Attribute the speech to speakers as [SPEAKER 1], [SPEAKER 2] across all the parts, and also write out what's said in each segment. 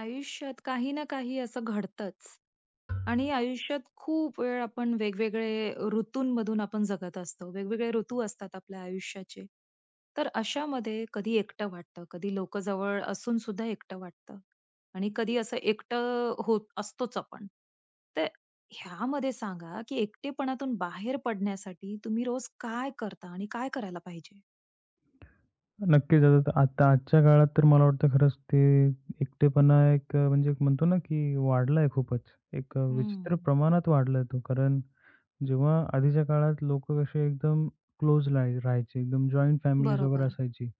[SPEAKER 1] आयुष्यात काही ना काही असं घडतंच आणि आयुष्यात खूप वेळ आपण वेगवेगळे ऋतूंमधून आपण जगत असतो. वेगवेगळे ऋतू असतात आपल्या आयुष्याचे. तर अशामध्ये कधी एकटं वाटतं, कधी लोक जवळ असून सुद्धा एकटं वाटतं आणि कधी असं एकटं होत असतोच आपण. तर ह्यामध्ये सांगा, की एकटेपणातून बाहेर पडण्यासाठी तुम्ही रोज काय करता आणि काय करायला पाहिजे?
[SPEAKER 2] नक्कीच. आता आता आजच्या काळात तर मला वाटतं खरंच ते एकटेपणा म्हणजे एक म्हणतो ना, की वाढला आहे खूपच. विचित्र
[SPEAKER 1] हं.
[SPEAKER 2] प्रमाणात वाढला तो. कारण जेव्हा आधीच्या काळात लोक कसे एकदम क्लोज राहायचे, एकदम जॉइंट फॅमिलीज वगैरे
[SPEAKER 1] बरोबर.
[SPEAKER 2] असायची.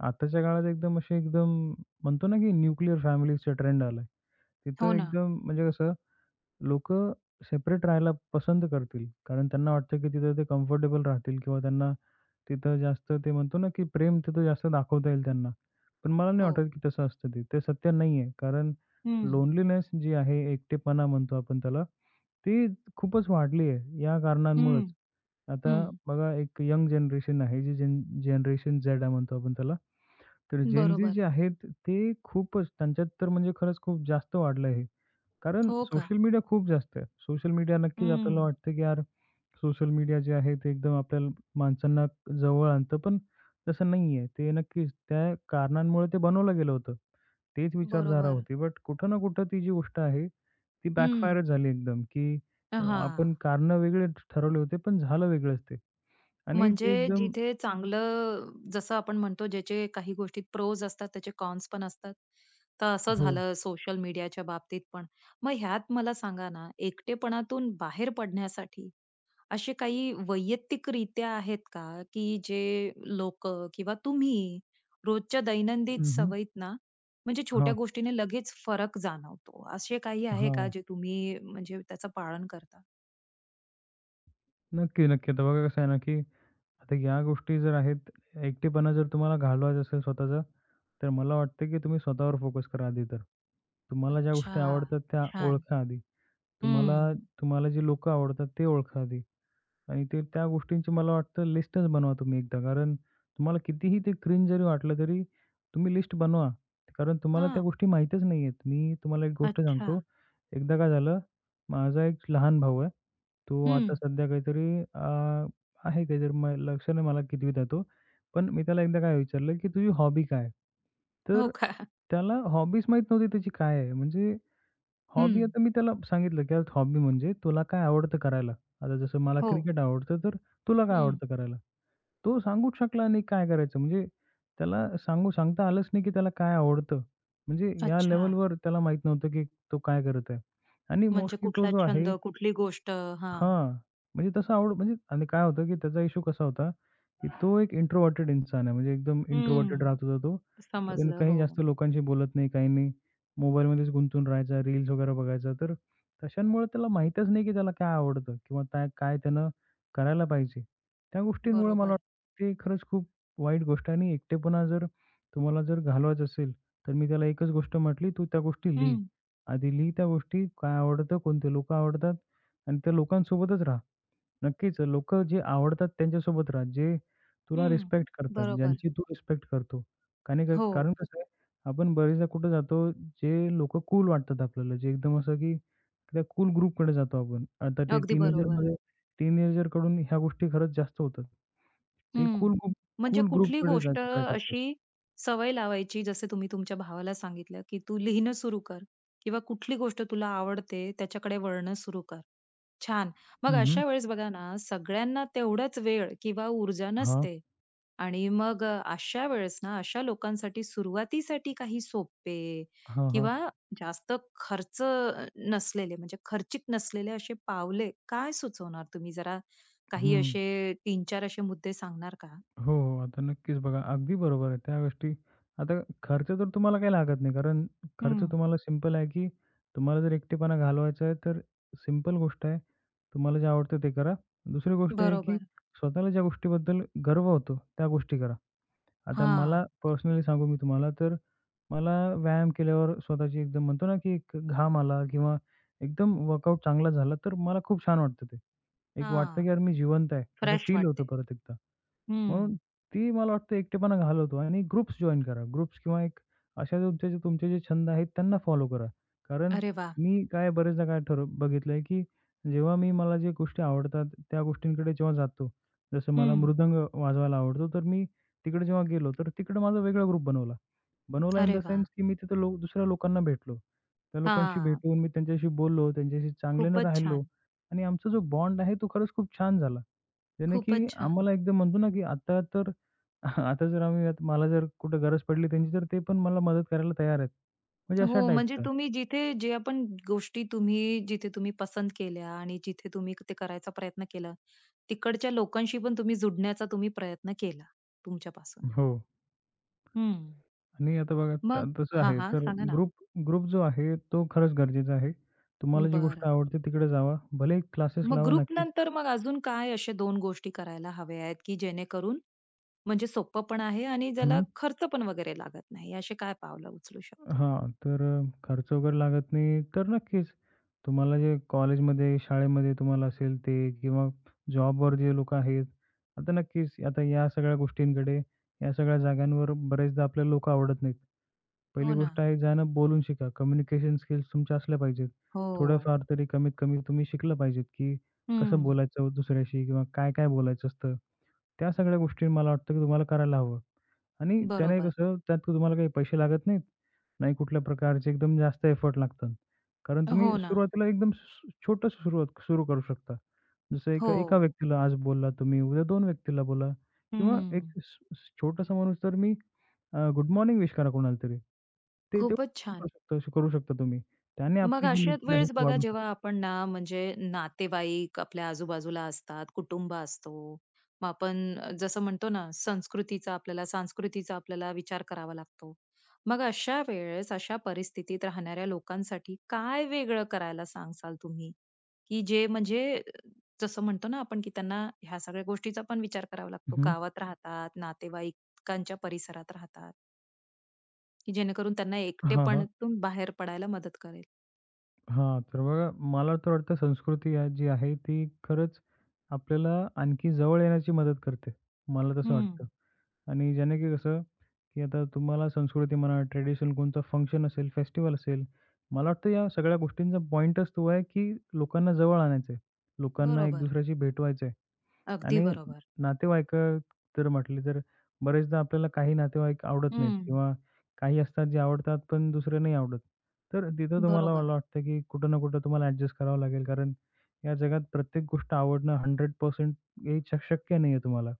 [SPEAKER 2] आताच्या काळात एकदम असे एकदम म्हणतो ना, की न्यूक्लिअर फॅमिलीजचा ट्रेंड आला
[SPEAKER 1] हो
[SPEAKER 2] तिथं
[SPEAKER 1] ना.
[SPEAKER 2] एकदम म्हणजे कसं लोकं सेपरेट राहायला पसंत करतील. कारण त्यांना वाटतं, की तिथं ते कम्फर्टेबल राहतील किंवा त्यांना तिथं जास्त ते म्हणतो ना, की प्रेम तिथं जास्त दाखवता येईल त्यांना. पण मला नाही
[SPEAKER 1] हो.
[SPEAKER 2] वाटत, की तसं असतं ते. ते सत्य नाहीये. कारण
[SPEAKER 1] हं,
[SPEAKER 2] लोनलीनेस जी आहे, एकटेपणा म्हणतो आपण त्याला, ती खूपच वाढली आहे या
[SPEAKER 1] हं,
[SPEAKER 2] कारणांमुळेच. आता
[SPEAKER 1] हं.
[SPEAKER 2] बघा एक यंग जनरेशन आहे, जी जेन जनरेशन झेड म्हणतो आपण त्याला. तर जेन जे
[SPEAKER 1] बरोबर.
[SPEAKER 2] आहेत, ते खूपच त्यांच्यात तर म्हणजे खरंच खूप जास्त वाढलं आहे. कारण
[SPEAKER 1] हो का?
[SPEAKER 2] सोशल मीडिया खूप जास्त आहे. सोशल मीडिया नक्कीच आपल्याला
[SPEAKER 1] हं.
[SPEAKER 2] वाटतं, की यार सोशल मीडिया जे आहे ते एकदम आपल्याला माणसांना जवळ आणतं, पण तसं नाहीये. ते नक्कीच त्या कारणांमुळे ते बनवलं गेलं होतं. तेच विचारधारा
[SPEAKER 1] बरोबर.
[SPEAKER 2] होती. बट कुठं ना कुठं ती जी गोष्ट आहे, ती
[SPEAKER 1] हं.
[SPEAKER 2] बॅकफायरच झाली एकदम, की आपण
[SPEAKER 1] हां.
[SPEAKER 2] कारणं वेगळे ठरवले होते, पण झालं वेगळंच ते. आणि ते
[SPEAKER 1] म्हणजे
[SPEAKER 2] एकदम
[SPEAKER 1] जिथे चांगलं जसं आपण म्हणतो ज्याचे काही गोष्टीत प्रोज असतात, त्याचे कॉन्स पण असतात. तर असं
[SPEAKER 2] हो.
[SPEAKER 1] झालं सोशल मीडियाच्या बाबतीत पण. मग ह्यात मला सांगा ना, एकटेपणातून बाहेर पडण्यासाठी असे काही वैयक्तिकरित्या आहेत का, की जे लोकं किंवा तुम्ही रोजच्या दैनंदिन
[SPEAKER 2] हं, हं.
[SPEAKER 1] सवयीत ना, म्हणजे छोट्या
[SPEAKER 2] हां,
[SPEAKER 1] गोष्टीने लगेच फरक जाणवतो, असे काही आहे का जे तुम्ही म्हणजे त्याचं पालन करता?
[SPEAKER 2] नक्की, नक्की. आता बघा कसं आहे ना, की आता या गोष्टी जर आहेत, एकटेपणा जर तुम्हाला घालवायचा असेल स्वतःचा, तर मला वाटतं की तुम्ही स्वतःवर फोकस करा आधी तर. तुम्हाला ज्या
[SPEAKER 1] अच्छा,
[SPEAKER 2] गोष्टी आवडतात त्या
[SPEAKER 1] छान.
[SPEAKER 2] ओळखा आधी. तुम्हाला
[SPEAKER 1] हं.
[SPEAKER 2] तुम्हाला जी लोकं आवडतात ते ओळखा आधी. आणि ते त्या गोष्टींची मला वाटतं लिस्टच बनवा तुम्ही एकदा. कारण तुम्हाला कितीही ते क्रिंज जरी वाटलं तरी तुम्ही लिस्ट बनवा. कारण तुम्हाला त्या
[SPEAKER 1] हां.
[SPEAKER 2] गोष्टी माहीतच नाहीयेत. मी तुम्हाला एक गोष्ट
[SPEAKER 1] अच्छा.
[SPEAKER 2] सांगतो. एकदा काय झालं, माझा एक लहान भाऊ आहे. तो
[SPEAKER 1] हं.
[SPEAKER 2] आता सध्या काहीतरी अ, आहे काहीतरी लक्ष नाही मला कितवीत आहे तो. पण मी त्याला एकदा काय विचारलं, की "तुझी हॉबी काय आहे?"
[SPEAKER 1] हो
[SPEAKER 2] तर
[SPEAKER 1] का?
[SPEAKER 2] त्याला हॉबीच माहीत नव्हती त्याची काय आहे. म्हणजे
[SPEAKER 1] हं.
[SPEAKER 2] हॉबी आता मी त्याला सांगितलं, की हॉबी म्हणजे तुला काय आवडतं करायला? आता जसं मला
[SPEAKER 1] हो.
[SPEAKER 2] क्रिकेट आवडतं, तर तुला काय
[SPEAKER 1] हं.
[SPEAKER 2] आवडतं करायला? तो सांगूच शकला नाही काय करायचं. म्हणजे त्याला सांगता आलंच नाही, की त्याला काय आवडतं. म्हणजे या
[SPEAKER 1] अच्छा.
[SPEAKER 2] लेव्हलवर त्याला माहीत नव्हतं, की तो काय करत आहे. आणि
[SPEAKER 1] म्हणजे
[SPEAKER 2] मोस्टली तो
[SPEAKER 1] कुठला
[SPEAKER 2] जो
[SPEAKER 1] छंद,
[SPEAKER 2] आहे
[SPEAKER 1] कुठली गोष्ट हां.
[SPEAKER 2] हां, म्हणजे तसं आवड म्हणजे आणि काय होतं, की त्याचा इश्यू कसा होता, की तो एक इंट्रोव्हर्टेड इंसान आहे. म्हणजे एकदम इंट्रोव्हर्टेड
[SPEAKER 1] हं.
[SPEAKER 2] राहत होता तो. पण
[SPEAKER 1] समजलं.
[SPEAKER 2] काही
[SPEAKER 1] हो.
[SPEAKER 2] जास्त लोकांशी बोलत नाही, काही नाही. मोबाईलमध्येच गुंतून राहायचा, रील्स वगैरे बघायचा. तर तशांमुळे त्याला माहीतच नाही, की त्याला काय आवडतं किंवा त्या काय त्यानं करायला पाहिजे. त्या गोष्टींमुळे मला
[SPEAKER 1] बरोबर.
[SPEAKER 2] वाटतं ते खरंच खूप वाईट गोष्ट आहे आणि एकटेपणा जर तुम्हाला जर घालवायचा असेल, तर मी त्याला एकच गोष्ट म्हटली, "तू त्या गोष्टी लिही.
[SPEAKER 1] हं,
[SPEAKER 2] आधी लिही त्या गोष्टी, काय आवडतं, कोणते लोकं आवडतात आणि त्या लोकांसोबतच राहा. नक्कीच लोकं जे आवडतात त्यांच्यासोबत राहा. जे तुला
[SPEAKER 1] हं.
[SPEAKER 2] रिस्पेक्ट करतात,
[SPEAKER 1] बरोबर.
[SPEAKER 2] ज्यांची तू रिस्पेक्ट करतो.
[SPEAKER 1] हो.
[SPEAKER 2] कारण कसं आहे, आपण बरेचदा कुठे जातो, जे लोकं कूल वाटतात आपल्याला, जे एकदम असं की त्या कूल ग्रुपकडे जातो आपण. आता ते
[SPEAKER 1] अगदी बरोबर.
[SPEAKER 2] टीनेजरकडून ह्या गोष्टी खरंच जास्त होतात. ते
[SPEAKER 1] हं.
[SPEAKER 2] कूल ग्रुप
[SPEAKER 1] म्हणजे
[SPEAKER 2] कूल
[SPEAKER 1] कुठली
[SPEAKER 2] ग्रुपकडे
[SPEAKER 1] गोष्ट
[SPEAKER 2] जायचा ट्राय करतात.
[SPEAKER 1] अशी सवय लावायची, जसे तुम्ही तुमच्या भावाला सांगितलं, की "तू लिहिणं सुरू कर" किंवा "कुठली गोष्ट तुला आवडते त्याच्याकडे वळणं सुरू कर." छान. मग
[SPEAKER 2] हं, हं.
[SPEAKER 1] अशा वेळेस बघा ना, सगळ्यांना तेवढाच वेळ किंवा ऊर्जा
[SPEAKER 2] हां.
[SPEAKER 1] नसते. आणि मग अशा वेळेस ना, अशा लोकांसाठी सुरुवातीसाठी काही सोपे
[SPEAKER 2] हां, हां.
[SPEAKER 1] किंवा जास्त खर्च नसलेले म्हणजे खर्चिक नसलेले असे पावले काय सुचवणार तुम्ही? जरा काही
[SPEAKER 2] हं.
[SPEAKER 1] असे 3-4 असे मुद्दे सांगणार का?
[SPEAKER 2] हो, हो. आता नक्कीच बघा, अगदी बरोबर आहे. त्या गोष्टी आता खर्च तर तुम्हाला काही लागत नाही. कारण
[SPEAKER 1] हं,
[SPEAKER 2] खर्च तुम्हाला सिंपल आहे, की तुम्हाला जर एकटेपणा घालवायचा आहे, तर सिंपल गोष्ट आहे. तुम्हाला जे आवडतं ते करा. दुसरी गोष्ट आहे, की
[SPEAKER 1] बरोबर.
[SPEAKER 2] स्वतःला ज्या गोष्टीबद्दल गर्व होतो, त्या गोष्टी करा. आता
[SPEAKER 1] हां,
[SPEAKER 2] मला पर्सनली सांगू मी तुम्हाला, तर मला व्यायाम केल्यावर स्वतःची एकदम म्हणतो ना, की एक घाम आला किंवा एकदम वर्कआउट चांगला झाला, तर मला खूप छान वाटतं ते. एक वाटतं, की
[SPEAKER 1] हां.
[SPEAKER 2] यार मी जिवंत आहे, असं
[SPEAKER 1] फ्रेश
[SPEAKER 2] फील होतं
[SPEAKER 1] वाटते.
[SPEAKER 2] परत एकदा. म्हणून
[SPEAKER 1] हं.
[SPEAKER 2] ती मला वाटतं एकटेपणा घालवतो आणि ग्रुप्स जॉइन करा. ग्रुप्स किंवा एक अशा तुमचे जे छंद आहेत त्यांना फॉलो करा. कारण
[SPEAKER 1] अरे वाह!
[SPEAKER 2] मी काय बरेचदा काय बघितलंय, की जेव्हा मी मला जे गोष्टी आवडतात त्या गोष्टींकडे जेव्हा जातो, जसं मला
[SPEAKER 1] हं.
[SPEAKER 2] मृदंग वाजवायला आवडतो, तर मी तिकडे जेव्हा गेलो, तर तिकडे माझा वेगळा ग्रुप बनवला. बनवला इन
[SPEAKER 1] अरे
[SPEAKER 2] द
[SPEAKER 1] वाह!
[SPEAKER 2] सेन्स, की मी तिथं दुसऱ्या लोकांना भेटलो. त्या लोकांशी
[SPEAKER 1] हां.
[SPEAKER 2] भेटून मी त्यांच्याशी बोललो, त्यांच्याशी चांगल्यानं
[SPEAKER 1] खूपच
[SPEAKER 2] राहिलो
[SPEAKER 1] छान,
[SPEAKER 2] आणि आमचा जो बॉन्ड आहे तो खरंच खूप छान झाला. त्याने की
[SPEAKER 1] खूपच छान.
[SPEAKER 2] आम्हाला एकदम म्हणतो ना, की आता तर आता जर आम्ही आता मला जर कुठं गरज पडली त्यांची तर ते पण मला मदत करायला तयार आहेत. म्हणजे अशा
[SPEAKER 1] हो, म्हणजे
[SPEAKER 2] टाईपचं.
[SPEAKER 1] तुम्ही जिथे जे आपण गोष्टी तुम्ही जिथे तुम्ही पसंत केल्या आणि जिथे तुम्ही ते करायचा प्रयत्न केला, तिकडच्या लोकांशी पण तुम्ही जुडण्याचा तुम्ही प्रयत्न केला तुमच्यापासून.
[SPEAKER 2] हो.
[SPEAKER 1] हं.
[SPEAKER 2] आणि आता बघा
[SPEAKER 1] मग
[SPEAKER 2] तसं
[SPEAKER 1] हां,
[SPEAKER 2] आहे
[SPEAKER 1] हां.
[SPEAKER 2] तर
[SPEAKER 1] सांगा ना?
[SPEAKER 2] ग्रुप ग्रुप जो आहे तो खरंच गरजेचा आहे. तुम्हाला जी गोष्ट
[SPEAKER 1] बरं.
[SPEAKER 2] आवडते तिकडे जावा. भलेही क्लासेस
[SPEAKER 1] मग
[SPEAKER 2] लावा नक्कीच.
[SPEAKER 1] ग्रुपनंतर मग अजून काय अशा 2 गोष्टी करायला हव्या आहेत, की जेणेकरून म्हणजे सोपं पण आहे आणि ज्याला खर्च पण वगैरे लागत नाही, असे काय पावलं उचलू शकतो?
[SPEAKER 2] हां, तर खर्च वगैरे लागत नाही, तर नक्कीच. तुम्हाला जे कॉलेजमध्ये, शाळेमध्ये तुम्हाला असेल ते किंवा जॉबवर जे लोकं आहेत, आता नक्कीच आता या सगळ्या गोष्टींकडे, या सगळ्या जागांवर बरेचदा आपल्याला लोकं आवडत नाहीत. पहिली
[SPEAKER 1] हो ना.
[SPEAKER 2] गोष्ट आहे ज्यानं बोलून शिका. कम्युनिकेशन स्किल्स तुमच्या असल्या पाहिजेत.
[SPEAKER 1] हो. हो.
[SPEAKER 2] थोडंफार तरी कमीत कमी तुम्ही शिकलं पाहिजेत, की कसं बोलायचं दुसऱ्याशी किंवा काय-काय बोलायचं असतं. त्या सगळ्या गोष्टी मला वाटतं की तुम्हाला करायला हवं आणि त्याने
[SPEAKER 1] बरोबर.
[SPEAKER 2] कसं त्यात तुम्हाला काही पैसे लागत नाहीत, नाही कुठल्या प्रकारचे एकदम जास्त एफर्ट लागतात. कारण तुम्ही
[SPEAKER 1] हो ना.
[SPEAKER 2] सुरुवातीला एकदम छोटं सुरुवात सुरू करू शकता. जसं एका
[SPEAKER 1] हो.
[SPEAKER 2] एका व्यक्तीला आज बोलला तुम्ही, उद्या 2 व्यक्तीला बोला किंवा एक
[SPEAKER 1] हं.
[SPEAKER 2] स स- छोटासा माणूस तर मी गुड मॉर्निंग विश करा कोणाला तरी. ते ते
[SPEAKER 1] खूपच
[SPEAKER 2] करू
[SPEAKER 1] छान.
[SPEAKER 2] शकता करू शकता तुम्ही. त्याने
[SPEAKER 1] मग
[SPEAKER 2] आपली जी
[SPEAKER 1] अशाच
[SPEAKER 2] मैत्री आहे
[SPEAKER 1] वेळेस
[SPEAKER 2] ती
[SPEAKER 1] बघा
[SPEAKER 2] वाढू शकते.
[SPEAKER 1] जेव्हा आपण ना म्हणजे नातेवाईक आपल्या आजूबाजूला असतात, कुटुंब असतो. मग आपण जसं म्हणतो ना संस्कृतीचा आपल्याला विचार करावा लागतो. मग अशा वेळेस अशा परिस्थितीत राहणाऱ्या लोकांसाठी काय वेगळं करायला सांगाल तुम्ही? की जे म्हणजे जसं म्हणतो ना आपण की त्यांना ह्या सगळ्या गोष्टीचा पण विचार करावा लागतो.
[SPEAKER 2] हं.
[SPEAKER 1] गावात राहतात, नातेवाईकांच्या परिसरात राहतात, की जेणेकरून त्यांना
[SPEAKER 2] हां, हां.
[SPEAKER 1] एकटेपणातून बाहेर पडायला मदत करेल?
[SPEAKER 2] हां, तर बघा मला तर वाटतं संस्कृती जी आहे ती खरंच आपल्याला आणखी जवळ येण्याची मदत करते. मला तसं वाटतं
[SPEAKER 1] हं.
[SPEAKER 2] आणि ज्याने की कसं, की आता तुम्हाला संस्कृती म्हणा, ट्रेडिशन कोणतं फंक्शन असेल, फेस्टिव्हल असेल, मला वाटतं या सगळ्या गोष्टींचा पॉइंटच तो आहे, की लोकांना जवळ आणायचं आहे. लोकांना एक
[SPEAKER 1] बरोबर.
[SPEAKER 2] दुसऱ्याशी भेटवायचं आहे.
[SPEAKER 1] अगदी
[SPEAKER 2] आणि
[SPEAKER 1] बरोबर.
[SPEAKER 2] नातेवाईक जर म्हटले तर बरेचदा आपल्याला काही नातेवाईक आवडत नाहीत
[SPEAKER 1] हं.
[SPEAKER 2] किंवा काही असतात जे आवडतात, पण दुसरे नाही आवडत. तर तिथं तुम्हाला
[SPEAKER 1] बरोबर.
[SPEAKER 2] मला वाटतं, की कुठं ना कुठं तुम्हाला ॲडजस्ट करावं लागेल. कारण या जगात प्रत्येक गोष्ट आवडणं 100% हे शक्य नाहीये तुम्हाला.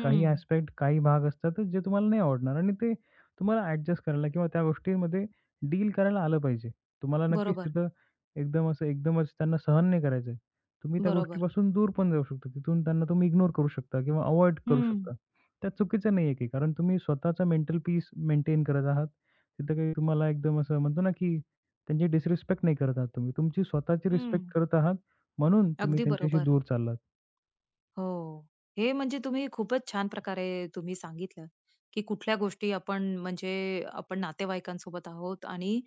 [SPEAKER 2] काही ॲस्पेक्ट, काही भाग असतात जे तुम्हाला नाही आवडणार आणि ते तुम्हाला ॲडजस्ट करायला किंवा त्या गोष्टींमध्ये डील करायला आलं पाहिजे. तुम्हाला नक्कीच
[SPEAKER 1] बरोबर,
[SPEAKER 2] तिथं एकदम असं एकदमच त्यांना सहन नाही करायचंय. तुम्ही त्या
[SPEAKER 1] बरोबर.
[SPEAKER 2] गोष्टीपासून दूर पण जाऊ शकता. तिथून त्यांना तुम्ही इग्नोर करू शकता किंवा अव्हॉइड करू
[SPEAKER 1] हं,
[SPEAKER 2] शकता. त्या चुकीचं नाहीये की कारण तुम्ही स्वतःचा मेंटल पीस मेंटेन करत आहात. तिथं काही तुम्हाला एकदम असं म्हणतो ना की त्यांची डिसरिस्पेक्ट नाही करत आहात तुम्ही. तुमची स्वतःची
[SPEAKER 1] हं.
[SPEAKER 2] रिस्पेक्ट करत आहात म्हणून तुम्ही
[SPEAKER 1] अगदी
[SPEAKER 2] त्यांच्याशी
[SPEAKER 1] बरोबर.
[SPEAKER 2] दूर चाललात.
[SPEAKER 1] हो. हे म्हणजे तुम्ही खूपच छान प्रकारे तुम्ही सांगितलं, की कुठल्या गोष्टी आपण म्हणजे आपण नातेवाईकांसोबत आहोत आणि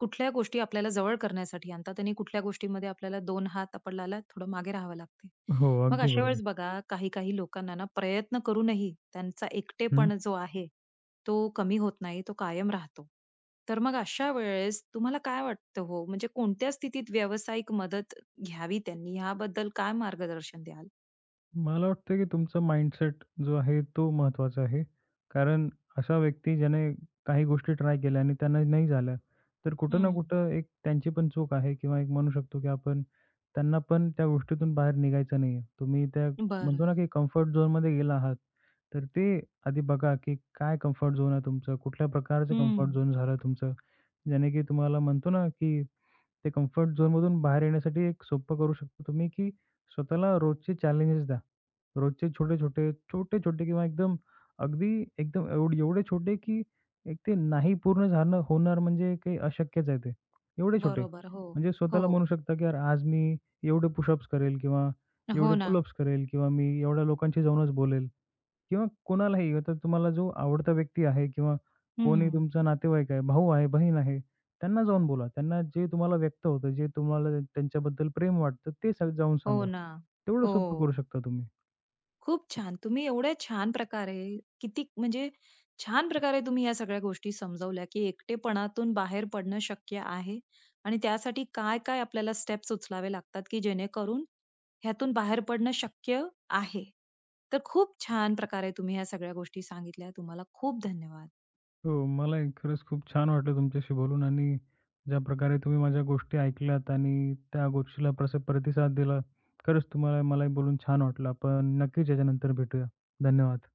[SPEAKER 1] कुठल्या गोष्टी आपल्याला जवळ करण्यासाठी आणतात आणि कुठल्या गोष्टीमध्ये आपल्याला दोन हात आपल्याला थोडं मागे राहावं लागते.
[SPEAKER 2] हो,
[SPEAKER 1] मग
[SPEAKER 2] अगदी
[SPEAKER 1] अशा
[SPEAKER 2] बरोबर.
[SPEAKER 1] वेळेस बघा काही काही लोकांना ना प्रयत्न करूनही त्यांचा एकटेपण जो आहे, तो कमी होत नाही, तो कायम राहतो. तर मग अशा वेळेस तुम्हाला काय वाटतं हो, म्हणजे कोणत्या स्थितीत व्यावसायिक मदत घ्यावी त्यांनी याबद्दल काय मार्गदर्शन द्याल?
[SPEAKER 2] मला वाटतं की तुमचा माइंडसेट जो आहे तो महत्वाचा आहे. कारण अशा व्यक्ती ज्याने काही गोष्टी ट्राय केल्या आणि त्यांना नाही झाल्या, तर कुठं ना
[SPEAKER 1] हं.
[SPEAKER 2] कुठं एक त्यांची पण चूक आहे किंवा एक म्हणू शकतो की आपण त्यांना पण त्या गोष्टीतून बाहेर निघायचं नाहीये. तुम्ही त्या म्हणतो ना
[SPEAKER 1] बरं.
[SPEAKER 2] की कम्फर्ट झोनमध्ये गेला आहात, तर ते आधी बघा की काय कम्फर्ट झोन आहे तुमचं? कुठल्या प्रकारचं कम्फर्ट
[SPEAKER 1] हं.
[SPEAKER 2] झोन झालं तुमचं? ज्याने की तुम्हाला म्हणतो ना की ते कम्फर्ट झोनमधून बाहेर येण्यासाठी एक सोपं करू शकतो तुम्ही, की स्वतःला रोजचे चॅलेंजेस द्या. रोजचे छोटे-छोटे, छोटे-छोटे किंवा एकदम अगदी एकदम एवढे छोटे, की एक ते नाही पूर्ण झालं होणार म्हणजे काही अशक्यच आहे ते. एवढे छोटे.
[SPEAKER 1] बरोबर. हो.
[SPEAKER 2] म्हणजे
[SPEAKER 1] हो.
[SPEAKER 2] स्वतःला म्हणू शकता, की "यार आज मी एवढे पुशअप्स करेल किंवा एवढे
[SPEAKER 1] हो ना.
[SPEAKER 2] पुलअप्स करेल किंवा मी एवढ्या लोकांशी जाऊनच बोलेल." किंवा कोणालाही आता तुम्हाला जो आवडता व्यक्ती आहे किंवा कोणी
[SPEAKER 1] हं.
[SPEAKER 2] तुमचा नातेवाईक आहे, भाऊ आहे, बहीण आहे, त्यांना जाऊन बोला. त्यांना जे तुम्हाला व्यक्त होतं, जे तुम्हाला त्यांच्याबद्दल प्रेम वाटतं, ते जाऊन
[SPEAKER 1] हो
[SPEAKER 2] सांगा.
[SPEAKER 1] ना.
[SPEAKER 2] तेवढं
[SPEAKER 1] हो.
[SPEAKER 2] सोपं करू शकता तुम्ही.
[SPEAKER 1] खूप छान. तुम्ही एवढ्या छान प्रकारे किती म्हणजे छान प्रकारे तुम्ही या सगळ्या गोष्टी समजावल्या, की एकटेपणातून बाहेर पडणं शक्य आहे आणि त्यासाठी काय-काय आपल्याला स्टेप्स उचलावे लागतात, की जेणेकरून ह्यातून बाहेर पडणं शक्य आहे. तर खूप छान प्रकारे तुम्ही ह्या सगळ्या गोष्टी सांगितल्या. तुम्हाला खूप धन्यवाद.
[SPEAKER 2] हो, मलाही खरंच खूप छान वाटलं तुमच्याशी बोलून आणि ज्या प्रकारे तुम्ही माझ्या गोष्टी ऐकल्यात आणि त्या गोष्टीला प्रतिसाद दिला, खरंच तुम्हाला मलाही बोलून छान वाटलं. आपण नक्कीच याच्यानंतर भेटूया. धन्यवाद.